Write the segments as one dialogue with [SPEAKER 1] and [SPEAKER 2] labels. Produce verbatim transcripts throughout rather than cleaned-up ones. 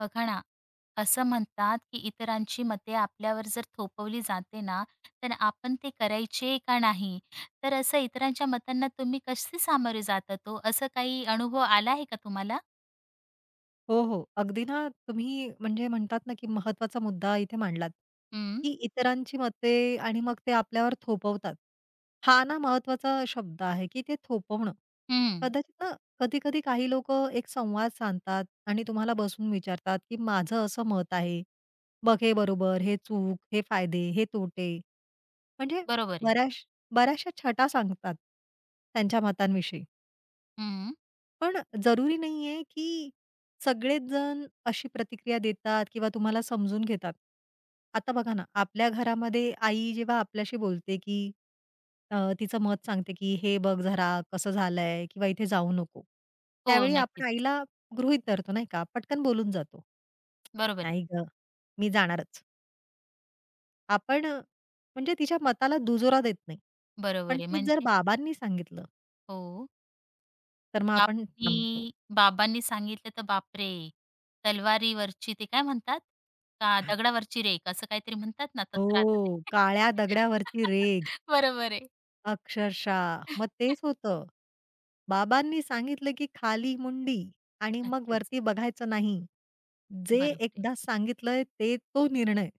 [SPEAKER 1] बघा ना, असं म्हणतात की इतरांची मते आपल्यावर जर थोपवली जाते ना, तर आपण ते करायचे का नाही? तर असं इतरांच्या मतांना तुम्ही कसे सामोरे जातात ओ? असं काही अनुभव आला आहे का तुम्हाला?
[SPEAKER 2] हो, हो. अगदी ना तुम्ही म्हणजे म्हणतात ना, की महत्त्वाचा मुद्दा इथे मांडलात,
[SPEAKER 1] हं,
[SPEAKER 2] की इतरांची मते आणि मग ते आपल्यावर थोपवतात. हा ना महत्त्वाचा शब्द आहे, की ते थोपवणं.
[SPEAKER 1] हं.
[SPEAKER 2] कदाचित ना कधी-कधी काही लोक एक संवाद सांगतात आणि तुम्हाला बसून विचारतात, की माझं असं मत आहे. बघ हे बरोबर, हे चूक, हे फायदे, हे तोटे. म्हणजे
[SPEAKER 1] बरोबर आहे.
[SPEAKER 2] बऱ्याच बऱ्याचशा छटा सांगतात त्यांच्या मतांविषयी.
[SPEAKER 1] हं.
[SPEAKER 2] पण जरुरी नाहीये, की सगळेच जण अशी प्रतिक्रिया देतात किंवा तुम्हाला समजून घेतात. आता बघा ना, आपल्या घरामध्ये आई जेव्हा आपल्याशी बोलते, की अ, तिचं मत सांगते, की "हे बघ जरा कसं झालंय" किंवा "इथे जाऊ नको."
[SPEAKER 1] हो,
[SPEAKER 2] त्यावेळी आपण
[SPEAKER 1] नक्कीच.
[SPEAKER 2] आईला गृहीत धरतो नाही का? पटकन बोलून जातो.
[SPEAKER 1] बरोबर आहे.
[SPEAKER 2] "नाही गं, मी जाणारच." आपण अ, म्हणजे तिच्या मताला दुजोरा देत नाही.
[SPEAKER 1] बरोबर
[SPEAKER 2] पण
[SPEAKER 1] आहे.
[SPEAKER 2] तेच जर
[SPEAKER 1] म्हणजे
[SPEAKER 2] बाबांनी सांगितलं,
[SPEAKER 1] हो.
[SPEAKER 2] तर मग आपण थांबतो.
[SPEAKER 1] बाबांनी बाबांनी सांगितलं तर बापरे! तलवारीवरची ते काय म्हणतात? का दगडावरची रेघ असं काहीतरी म्हणतात ना, तसं राहतं
[SPEAKER 2] हो,
[SPEAKER 1] ते.
[SPEAKER 2] काळ्या दगडावरची रेघ.
[SPEAKER 1] बरोबर आहे.
[SPEAKER 2] अक्षरशः. मग तेच होतं. बाबांनी सांगितलं, की खाली मुंडी आणि मग
[SPEAKER 1] नक्कीच.
[SPEAKER 2] वरती बघायचं नाही. जे
[SPEAKER 1] बरोबर आहे.
[SPEAKER 2] एकदा सांगितलंय ते तो निर्णय.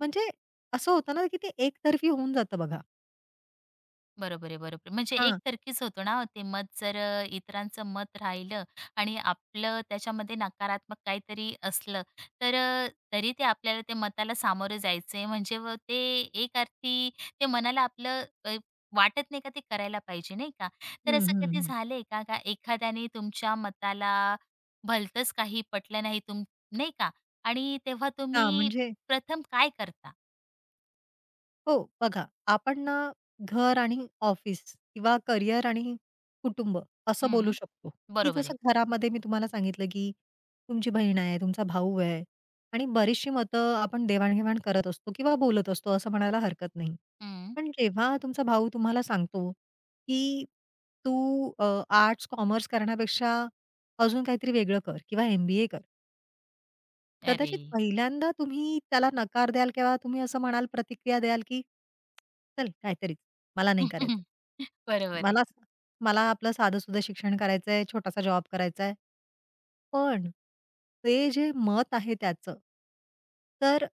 [SPEAKER 2] म्हणजे असं होतं ना, की ते एकतर्फी होऊन जातं बघा.
[SPEAKER 1] बरोबर आहे, बरोबर आहे. म्हणजे
[SPEAKER 2] हां.
[SPEAKER 1] एकतर्फीच होतो ना हो ते मत जर अ, इतरांचं मत राहिलं आणि आपलं त्याच्यामध्ये नकारात्मक काहीतरी असलं, तर अ, तरी ते आपल्याला त्या मताला सामोरं जायचं आहे. म्हणजे व ते एक अर्थी ते मनाला आपलं अ, वाटत नाही का ते करायला पाहिजे, नाही का?
[SPEAKER 2] हं,
[SPEAKER 1] तर असं
[SPEAKER 2] हं,
[SPEAKER 1] कधी
[SPEAKER 2] हं.
[SPEAKER 1] झालंय का, का एखाद्याने तुमच्या मताला भलतंच काही पटलं नाही तुम नाही का? आणि तेव्हा
[SPEAKER 2] हां,
[SPEAKER 1] तुम्ही
[SPEAKER 2] म्हणजे
[SPEAKER 1] प्रथम काय करता?
[SPEAKER 2] हो, बघा आपण ना घर आणि ऑफिस किंवा करिअर आणि कुटुंब असं बोलू
[SPEAKER 1] हं,
[SPEAKER 2] शकतो, की
[SPEAKER 1] बरोबर आहे.
[SPEAKER 2] जसं घरामध्ये मी तुम्हाला सांगितलं, की तुमची बहीण आहे, तुमचा भाऊ आहे आणि बरीचशी मतं आपण देवाण-घेवाण करत असतो किंवा बोलत असतो असं म्हणायला हरकत नाही.
[SPEAKER 1] हं.
[SPEAKER 2] पण जेव्हा तुमचा भाऊ तुम्हाला सांगतो, की "तू आर्ट्स, कॉमर्स करण्यापेक्षा अजून काहीतरी वेगळं कर किंवा एम-बी-ए कर."
[SPEAKER 1] अरे!
[SPEAKER 2] कदाचित पहिल्यांदा तुम्ही त्याला नकार द्याल किंवा तुम्ही असं म्हणाल प्रतिक्रिया द्याल, की "चल काहीतरीच, मला नाही करायचं.
[SPEAKER 1] बरोबर आहे.
[SPEAKER 2] मला मला आपलं साधं-सुधं शिक्षण करायचंय, छोटासा जॉब करायचा आहे." पण ते जे मत आहे त्याचं, तर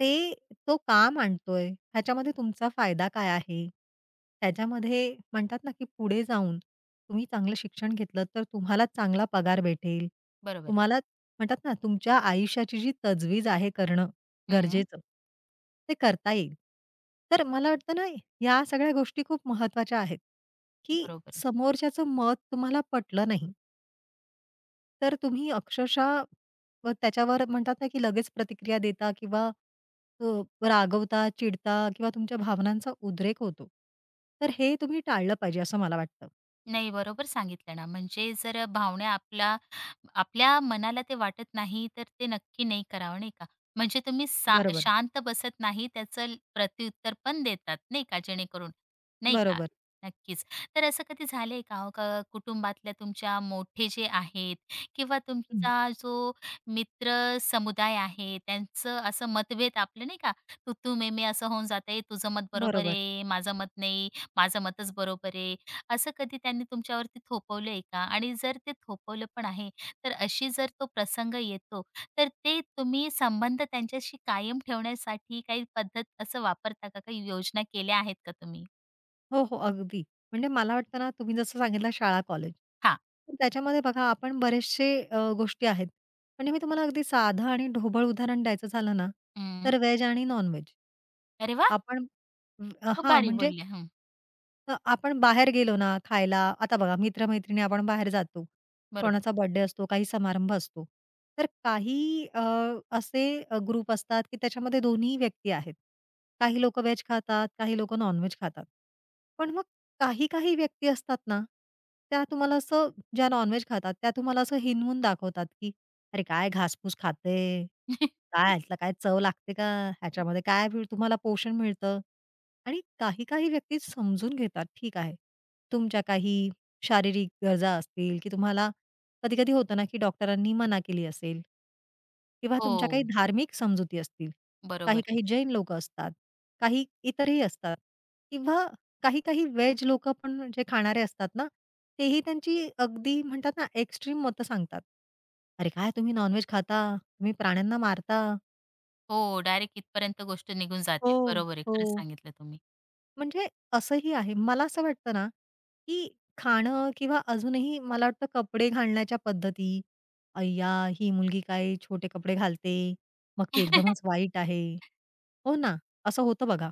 [SPEAKER 2] ते तो का मांडतोय? ह्याच्यामध्ये तुमचा फायदा काय आहे? त्याच्यामध्ये म्हणतात ना, की पुढे जाऊन तुम्ही चांगलं शिक्षण घेतलं तर तुम्हाला चांगला पगार भेटेल.
[SPEAKER 1] बरोबर आहे.
[SPEAKER 2] तुम्हाला म्हणतात ना, तुमच्या आयुष्याची जी तजवीज आहे करणं
[SPEAKER 1] हं.
[SPEAKER 2] गरजेचं, ते करता येईल. तर मला वाटतं ना, या सगळ्या गोष्टी खूप महत्त्वाच्या आहेत, की
[SPEAKER 1] बरोबर आहे.
[SPEAKER 2] समोरच्याचं मत तुम्हाला पटलं नाही. तर तुम्ही अक्षरशः मग त्याच्यावर म्हणतात ना, की लगेच प्रतिक्रिया देता किंवा अ, रागवता, चिडता किंवा तुमच्या भावनांचा उद्रेक होतो. तर हे तुम्ही टाळलं पाहिजे असं मला वाटतं.
[SPEAKER 1] नाही, बरोबर सांगितलं ना. म्हणजे जर भावना आपला आपल्या मनाला ते वाटत नाही, तर ते नक्की नाही करावं, नाही का? म्हणजे तुम्ही सा
[SPEAKER 2] बरोबर.
[SPEAKER 1] शांत बसत नाही, त्याचं ल- प्रत्युत्तर पण देतात, नाही का? जेणेकरून, नाही का?
[SPEAKER 2] बरोबर.
[SPEAKER 1] नक्कीच. तर असं कधी झालंय का हो, का कुटुंबातल्या तुमच्या मोठे जे आहेत किंवा
[SPEAKER 2] हं.
[SPEAKER 1] तुमचा जो मित्र समुदाय आहे, त्यांचं असं मतभेद आपलं नाही का, तू-तू, मी-मी असं होऊन जाते, तुझं मत बरोबर
[SPEAKER 2] बरोबर.
[SPEAKER 1] आहे, माझं मत नाही, माझं मतच बरोबर आहे. असं कधी त्यांनी तुमच्यावरती थोपवलंय का? आणि जर ते थोपवलं पण आहे, तर अशी जर तो प्रसंग येतो, तर ते तुम्ही संबंध त्यांच्याशी कायम ठेवण्यासाठी काही पद्धत असं वापरता का? काही योजना केल्या आहेत का तुम्ही?
[SPEAKER 2] हो, हो. अगदी. म्हणजे मला वाटतं ना, तुम्ही जसं सांगितलं शाळा, कॉलेज.
[SPEAKER 1] हां.
[SPEAKER 2] तर त्याच्यामध्ये बघा आपण बरेचसे अ, गोष्टी आहेत. म्हणजे मी तुम्हाला अगदी साधं आणि ढोबळ उदाहरण द्यायचं झालं ना,
[SPEAKER 1] हं.
[SPEAKER 2] तर व्हेज आणि नॉन-व्हेज
[SPEAKER 1] अरे वाह!
[SPEAKER 2] आपण
[SPEAKER 1] खूप
[SPEAKER 2] हां,
[SPEAKER 1] भारी
[SPEAKER 2] म्हणजे
[SPEAKER 1] बोलल्या. हं.
[SPEAKER 2] तर आपण बाहेर गेलो ना खायला, आता बघा मित्र-मैत्रिणी आपण बाहेर जातो.
[SPEAKER 1] बरोबर.
[SPEAKER 2] कोणाचा बर्थडे असतो, काही समारंभ असतो. तर काही अ, असे अ, ग्रुप असतात, की त्याच्यामध्ये दोन्ही व्यक्ती आहेत. काही लोक व्हेज खातात, काही लोक नॉन-व्हेज खातात. पण मग काही-काही व्यक्ती असतात ना, त्या तुम्हाला असं ज्या नॉन खातात, त्या तुम्हाला असं हिणवून दाखवतात, की "अरे काय घासपूस खाते? काय ह्याला काय चव लागते का? ह्याच्यामध्ये काय मिळ- तुम्हाला पोषण मिळतं?" आणि काही-काही व्यक्ती समजून घेतात, ठीक आहे. तुमच्या काही शारीरिक गरजा असतील, की तुम्हाला कधी-कधी होतं ना, की डॉक्टरांनी मना केली असेल किंवा तुमच्या काही
[SPEAKER 1] हो.
[SPEAKER 2] धार्मिक समजुती असतील.
[SPEAKER 1] बरोबर आहे.
[SPEAKER 2] काही-काही जैन लोकं असतात, काही इतरही असतात किंवा काही-काही व्हेज लोकं पण जे खाणारे असतात ना, तेही त्यांची अगदी म्हणतात ना, एक्स्ट्रीम मतं सांगतात. "अरे, काय तुम्ही नॉन खाता? तुम्ही प्राण्यांना मारता."
[SPEAKER 1] हो, डायरेक्ट इथपर्यंत गोष्ट निघून
[SPEAKER 2] हो,
[SPEAKER 1] जाते. बरोबर आहे. खरंच
[SPEAKER 2] हो.
[SPEAKER 1] सांगितलं तुम्ही.
[SPEAKER 2] म्हणजे असंही आहे. मला असं वाटतं ना, की खाणं किंवा अजूनही मला वाटतं कपडे घालण्याच्या पद्धती, "अय्या! ही मुलगी काय छोटे कपडे घालते, मग ती एकदमच वाईट आहे." हो ना, असं होतं बघा.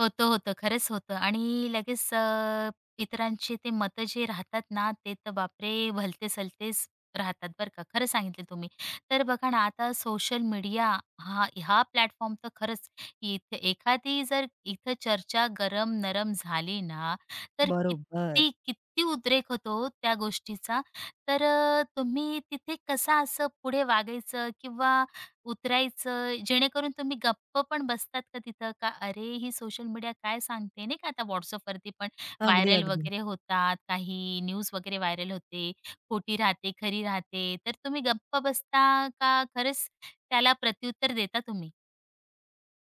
[SPEAKER 1] होतं, होतं. खरंच होतं आणि लगेच अ, इतरांची ते मतं जे राहतात ना, ते तर बापरे! भलते-सलतेच राहतात बरं का. खरं सांगितलं तुम्ही. तर बघा ना, आता सोशल मीडिया हा हा प्लॅटफॉर्म तर खरंच इथे एखादी जर इथं चर्चा गरम-नरम झाली ना, तर
[SPEAKER 2] बरोबर.
[SPEAKER 1] किती किती उद्रेक होतो त्या गोष्टीचा. तर अ, तुम्ही तिथे कसं असं पुढे वागायचं किंवा उतरायचं, जेणेकरून तुम्ही गप्प पण बसतात का तिथं? का अरे, ही सोशल मीडिया काय सांगते नाही का, आता WhatsAppवरती पण
[SPEAKER 2] अगदी,
[SPEAKER 1] व्हायरल
[SPEAKER 2] अगदी.
[SPEAKER 1] वगैरे होतात, काही न्यूज वगैरे व्हायरल होते, खोटी राहते, खरी राहते. तर तुम्ही गप्प बसता का खरंच त्याला प्रत्युत्तर देता तुम्ही?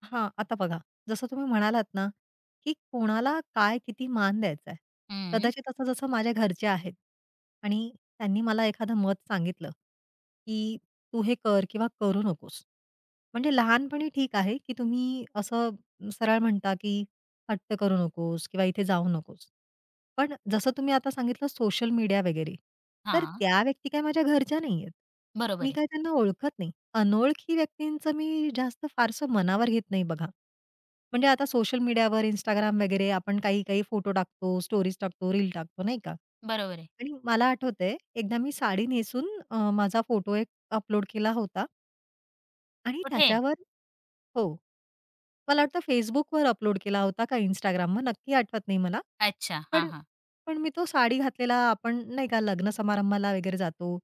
[SPEAKER 2] हां, आता बघा, जसं तुम्ही म्हणालात ना, की कोणाला काय किती मान द्यायचा आहे.
[SPEAKER 1] हं,
[SPEAKER 2] कदाचित असं जसं माझ्या घरचे आहेत आणि त्यांनी मला एखादं मत सांगितलं, की "तू हे कर किंवा करू नकोस." म्हणजे लहानपणी ठीक आहे, की तुम्ही असं सरळ म्हणता, की "हट्ट करू नकोस" किंवा "इथे जाऊ नकोस." पण जसं तुम्ही आता सांगितलं सोशल मीडिया वगैरे, तर
[SPEAKER 1] हां.
[SPEAKER 2] त्या व्यक्ती काय माझ्या घरच्या नाहीयेत. मी
[SPEAKER 1] बरोबर आहे,
[SPEAKER 2] काय त्यांना ओळखत नाही. अनोळखी व्यक्तींचं मी जास्त फारसं मनावर घेत नाही बघा. म्हणजे आता सोशल मीडियावर Instagram वगैरे आपण काही-काही फोटो टाकतो, स्टोरीज टाकतो, रील टाकतो नाही का?
[SPEAKER 1] बरोबर आहे.
[SPEAKER 2] आणि मला आठवतंय एकदा मी साडी नेसून अ, माझा फोटो एक अपलोड केला होता. आणि
[SPEAKER 1] कुठे?
[SPEAKER 2] त्याच्यावर हो. मला वाटतं Facebookवर अपलोड केला होता का Instagramवर नक्की आठवत नाही मला.
[SPEAKER 1] अच्छा. हां,
[SPEAKER 2] पण
[SPEAKER 1] हां.
[SPEAKER 2] पण मी तो साडी घातलेला आपण नाही का लग्न समारंभाला वगैरे जातो,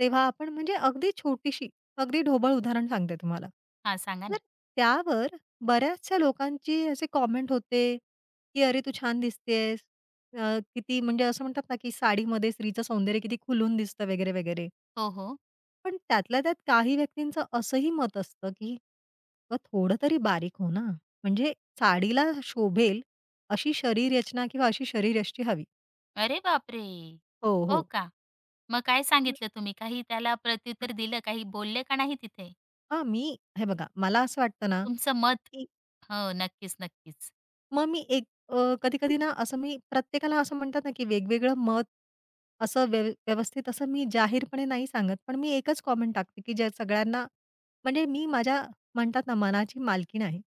[SPEAKER 2] तेव्हा आपण म्हणजे अगदी छोटीशी, अगदी ढोबळ उदाहरण सांगते तुम्हाला.
[SPEAKER 1] हां, सांगा
[SPEAKER 2] तर
[SPEAKER 1] ना.
[SPEAKER 2] त्यावर बऱ्याचशा लोकांचे असे कॉमेंट होते, की "अरे, तू छान दिसतेस." अ, किती म्हणजे असं म्हणतात ना, की साडीमध्ये स्त्रीचं सौंदर्य किती खुलून दिसतं वगैरे, वगैरे.
[SPEAKER 1] हो, हो.
[SPEAKER 2] पण त्यातल्या त्यात काही व्यक्तींचं असंही मत असतं, की "अ, थोडं तरी बारीक हो ना, म्हणजे साडीला शोभेल अशी शरीर शरीररचना किंवा अशी शरीर शरीरयष्टी हवी."
[SPEAKER 1] अरे बापरे!
[SPEAKER 2] हो,
[SPEAKER 1] हो
[SPEAKER 2] हो.
[SPEAKER 1] का? मग काय सांगितलं तुम्ही? काही त्याला प्रत्युत्तर दिलं? काही बोलले का नाही तिथे?
[SPEAKER 2] हां, मी हे बघा मला असं वाटतं ना,
[SPEAKER 1] तुमचं मत
[SPEAKER 2] की
[SPEAKER 1] हो, नक्कीच, नक्कीच.
[SPEAKER 2] मग मी एक अ, कधी-कधी ना असं मी प्रत्येकाला असं म्हणतात ना, की वेगवेगळं मत असं व्यव व्यवस्थित असं मी जाहीरपणे नाही सांगत. पण मी एकच कॉमेंट टाकते, की जे सगळ्यांना म्हणजे मी माझ्या म्हणतात ना मनाची मालकीण आहे.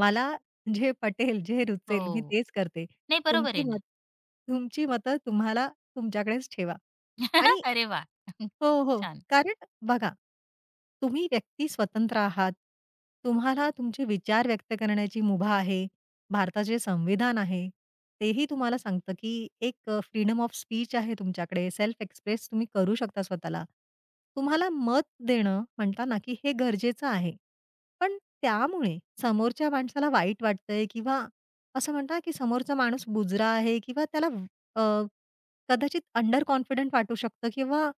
[SPEAKER 2] मला जे पटेल, जे रुचेल मी
[SPEAKER 1] हो.
[SPEAKER 2] तेच करते.
[SPEAKER 1] नाही बरोबर
[SPEAKER 2] तुमची
[SPEAKER 1] आहे ना.
[SPEAKER 2] मत तुमची मतं तुम्हाला तुमच्याकडेच ठेवा. आणि
[SPEAKER 1] अरे वाह! खूप
[SPEAKER 2] हो, हो.
[SPEAKER 1] छान.
[SPEAKER 2] कारण बघा, तुम्ही व्यक्ती स्वतंत्र आहात. तुम्हाला तुमचे विचार व्यक्त करण्याची मुभा आहे. भारताचे संविधान आहे. तेही तुम्हाला सांगतं, की एक अ, फ्रीडम ऑफ स्पीच आहे तुमच्याकडे. सेल्फ एक्सप्रेस तुम्ही करू शकता स्वतःला. तुम्हाला मत देणं म्हणता ना, की हे गरजेचं आहे. पण त्यामुळे समोरच्या माणसाला वाईट वाटतंय किंवा असं म्हणता, की समोरचा माणूस बुजरा आहे किंवा त्याला अ, कदाचित अंडर कॉन्फिडंट वाटू शकतं किंवा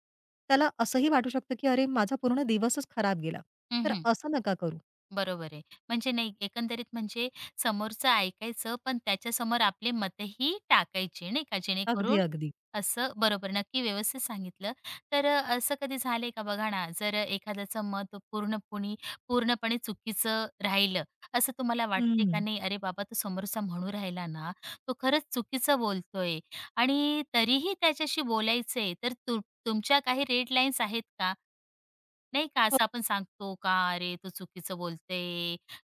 [SPEAKER 2] त्याला असंही वाटू शकतं, की अरे माझा पूर्ण दिवसच खराब गेला.
[SPEAKER 1] हं,
[SPEAKER 2] तर
[SPEAKER 1] हं.
[SPEAKER 2] असं नका करू.
[SPEAKER 1] बरोबर आहे. म्हणजे नाही एकंदरीत म्हणजे समोरचं ऐकायचं, पण त्याच्यासमोर आपले मतही टाकायचे नाही का,
[SPEAKER 2] अगदी,
[SPEAKER 1] जेणेकरून
[SPEAKER 2] अगदी.
[SPEAKER 1] असं बरोबर नक्की व्यवस्थित सांगितलं. तर अ, असं कधी झालंय का बघा ना, जर एखाद्याचं मत पूर्णपणे पूर्णपणे चुकीचं राहिलं, असं तुम्हाला वाटतंय का
[SPEAKER 2] हं.
[SPEAKER 1] नाही अरे बाबा तो समोरचा म्हणू राहिला ना, तो खरंच चुकीचं बोलतोय आणि तरीही त्याच्याशी बोलायचंय तर तु तुमच्या काही रेड लाईन्स आहेत का? नाही का
[SPEAKER 2] हो,
[SPEAKER 1] असं आपण सांगतो का, "अरे, तू चुकीचं बोलते,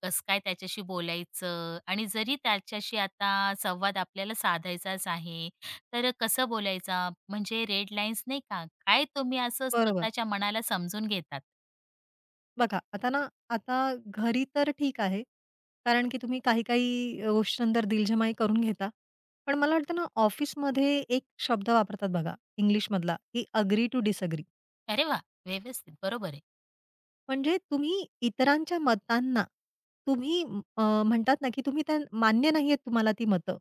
[SPEAKER 1] कसं काय त्याच्याशी बोलायचं?" आणि जरी त्याच्याशी आता संवाद आपल्याला साधायचाच आहे, तर कसं बोलायचा? म्हणजे रेड लाईन्स नाही का, काय तुम्ही असं
[SPEAKER 2] बरोबर.
[SPEAKER 1] स्वतःच्या मनाला समजून घेतात.
[SPEAKER 2] बघा आता ना, आता घरी तर ठीक आहे. कारण की तुम्ही काही-काही अ, गोष्टींवर दिलजमाई करून घेता. पण मला वाटतं ना, ऑफिसमध्ये एक शब्द वापरतात बघा इंग्लिशमधला, की "अग्री टू डिसएग्री."
[SPEAKER 1] अरे वा, व्यवस्थित. बरोबर आहे.
[SPEAKER 2] म्हणजे तुम्ही इतरांच्या मतांना तुम्ही अ, म्हणतात ना, की तुम्ही त्या मान्य नाहीयेत तुम्हाला ती मतं.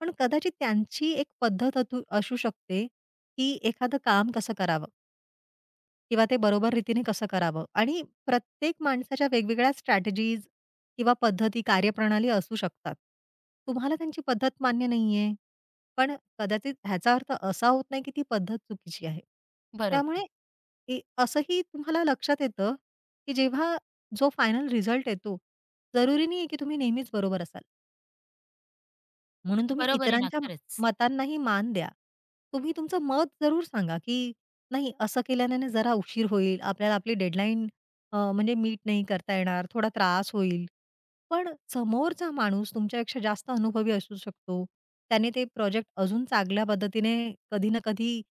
[SPEAKER 2] पण कदाचित त्यांची एक पद्धत अतू असू शकते, की एखादं काम कसं करावं किंवा ते बरोबर रीतीने कसं करावं आणि प्रत्येक माणसाच्या वेगवेगळ्या स्ट्रॅटेजीज किंवा पद्धती, कार्यप्रणाली असू शकतात. तुम्हाला त्यांची पद्धत मान्य नाहीये पण कदाचित ह्याचा अर्थ असा होत नाही की ती पद्धत चुकीची आहे. त्यामुळे
[SPEAKER 1] बरोबर.
[SPEAKER 2] ए असंही तुम्हाला लक्षात येतं, की जेव्हा जो फायनल रिझल्ट येतो, जरुरी नाहीये की तुम्ही नेहमीच बरोबर असाल. म्हणून तुम्ही
[SPEAKER 1] बरोबर आहे ना,
[SPEAKER 2] इतरांच्या म-
[SPEAKER 1] खरंच.
[SPEAKER 2] मतांनाही मान द्या. तुम्ही तुमचं मत जरूर सांगा, की नाही असं केल्याने जरा उशीर होईल, आपल्याला आपली डेडलाईन म्हणजे मीट नाही करता येणार, थोडा त्रास होईल. पण समोरचा माणूस तुमच्यापेक्षा जास्त अनुभवी असू शकतो. त्याने ते प्रोजेक्ट अजून चांगल्या पद्धतीने कधी ना कधी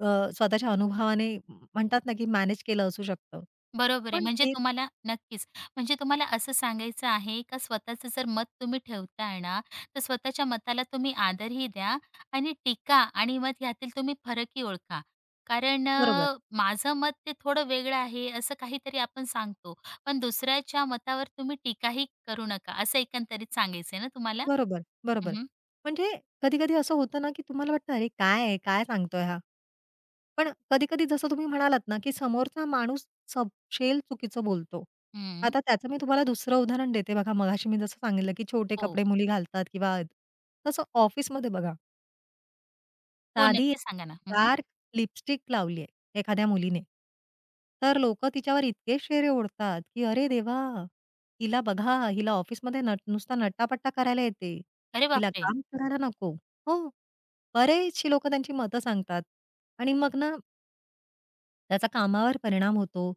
[SPEAKER 2] अ, स्वतःच्या अनुभवाने म्हणतात ना, की मॅनेज केलं असू शकतं.
[SPEAKER 1] बरोबर आहे.
[SPEAKER 2] पण
[SPEAKER 1] म्हणजे
[SPEAKER 2] ते
[SPEAKER 1] तुम्हाला नक्कीच. म्हणजे तुम्हाला असं सांगायचं आहे का स्वतःचं जर मत तुम्ही ठेवताय ना, तर स्वतःच्या मताला तुम्ही आदरही द्या आणि टीका आणि मत यातील तुम्ही फरकही ओळखा. कारण
[SPEAKER 2] बरोबर,
[SPEAKER 1] अ, माझं मत ते थोडं वेगळं आहे असं काहीतरी आपण सांगतो. पण दुसऱ्याच्या मतावर तुम्ही टीकाही करू नका असं एकंदरीत सांगायचंय ना तुम्हाला?
[SPEAKER 2] बरोबर,
[SPEAKER 1] हं,
[SPEAKER 2] बरोबर.
[SPEAKER 1] हं.
[SPEAKER 2] म्हणजे कधी-कधी असं होतं ना, की तुम्हाला वाटतं, "अरे काय आहे? काय सांगतोय हा?" पण कधी-कधी जसं तुम्ही म्हणालात ना, की समोरचा माणूस सपशेल चुकीचं बोलतो. आता त्याचं मी तुम्हाला दुसरं उदाहरण देते बघा, मगाशी मी जसं सांगितलं, की छोटे
[SPEAKER 1] हो.
[SPEAKER 2] कपडे मुली घालतात किंवा तसं ऑफिसमध्ये बघा.
[SPEAKER 1] हो,
[SPEAKER 2] साधी
[SPEAKER 1] नक्की सांगा ना. हं,
[SPEAKER 2] डार्क लिपस्टिक लावली आहे एखाद्या मुलीने, तर लोकं तिच्यावर इतके शेरे ओढतात, की "अरे देवा! हिला बघा, हिला ऑफिसमध्ये नट नुसता नट्टापट्टा करायला येते.
[SPEAKER 1] अरे
[SPEAKER 2] हिला
[SPEAKER 1] बापरे!
[SPEAKER 2] काम करायला नको." हो, बरेचशी लोकं त्यांची मतं सांगतात आणि मग ना त्याचा कामावर परिणाम होतो.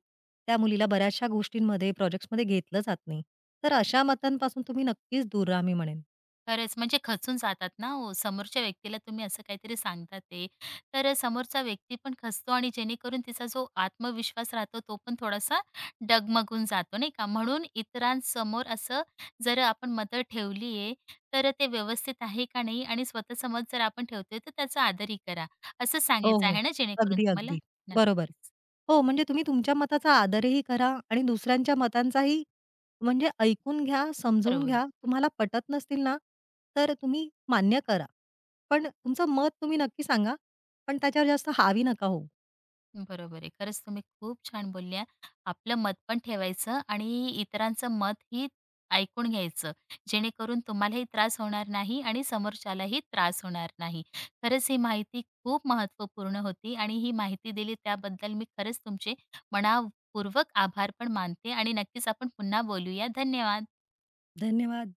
[SPEAKER 2] त्या मुलीला बऱ्याचशा गोष्टींमध्ये, प्रोजेक्ट्समध्ये घेतलं जात नाही. तर अशा मतांपासून तुम्ही नक्कीच दूर रहा मी म्हणेन.
[SPEAKER 1] खरंच, म्हणजे खचून जातात ना हो. समोरच्या व्यक्तीला तुम्ही असं काहीतरी सांगता ते, तर समोरचा व्यक्ती पण खचतो आणि जेणेकरून तिचा जो आत्मविश्वास राहतो, तो पण थोडासा डगमगून जातो, नाही का? म्हणून इतरांसमोर असं जर आपण मतं ठेवली आहे, तर ते व्यवस्थित आहे का नाही आणि स्वतःचं मत जर आपण ठेवतोय, तर त्याचा आदरही करा. असं
[SPEAKER 2] हो,
[SPEAKER 1] सांगायचं
[SPEAKER 2] हो.
[SPEAKER 1] आहे ना जेणेकरून
[SPEAKER 2] अगदी,
[SPEAKER 1] तुम्हाला?
[SPEAKER 2] अगदी. बरोबर.
[SPEAKER 1] नक्कीच.
[SPEAKER 2] हो, म्हणजे तुम्ही तुमच्या मताचा आदरही करा आणि दुसऱ्यांच्या मतांचाही म्हणजे ऐकून घ्या, समजवून
[SPEAKER 1] बरोबर आहे.
[SPEAKER 2] घ्या. तुम्हाला पटत नसतील ना, तर तुम्ही मान्य करा. पण तुमचं मत तुम्ही नक्की सांगा, पण त्याच्यावर जास्त हावी नका होऊ.
[SPEAKER 1] बरोबर आहे. खरंच तुम्ही खूप छान बोलल्या. आपलं मत पण ठेवायचं आणि इतरांचं मतही ऐकून घ्यायचं, जेणेकरून तुम्हालाही त्रास होणार नाही आणि समोरच्यालाही त्रास होणार नाही. खरंच ही माहिती खूप महत्त्वपूर्ण होती आणि ही माहिती दिली त्याबद्दल मी खरंच तुमचे मनःपूर्वक आभार पण मानते आणि नक्कीच आपण पुन्हा बोलूया. धन्यवाद.
[SPEAKER 2] धन्यवाद.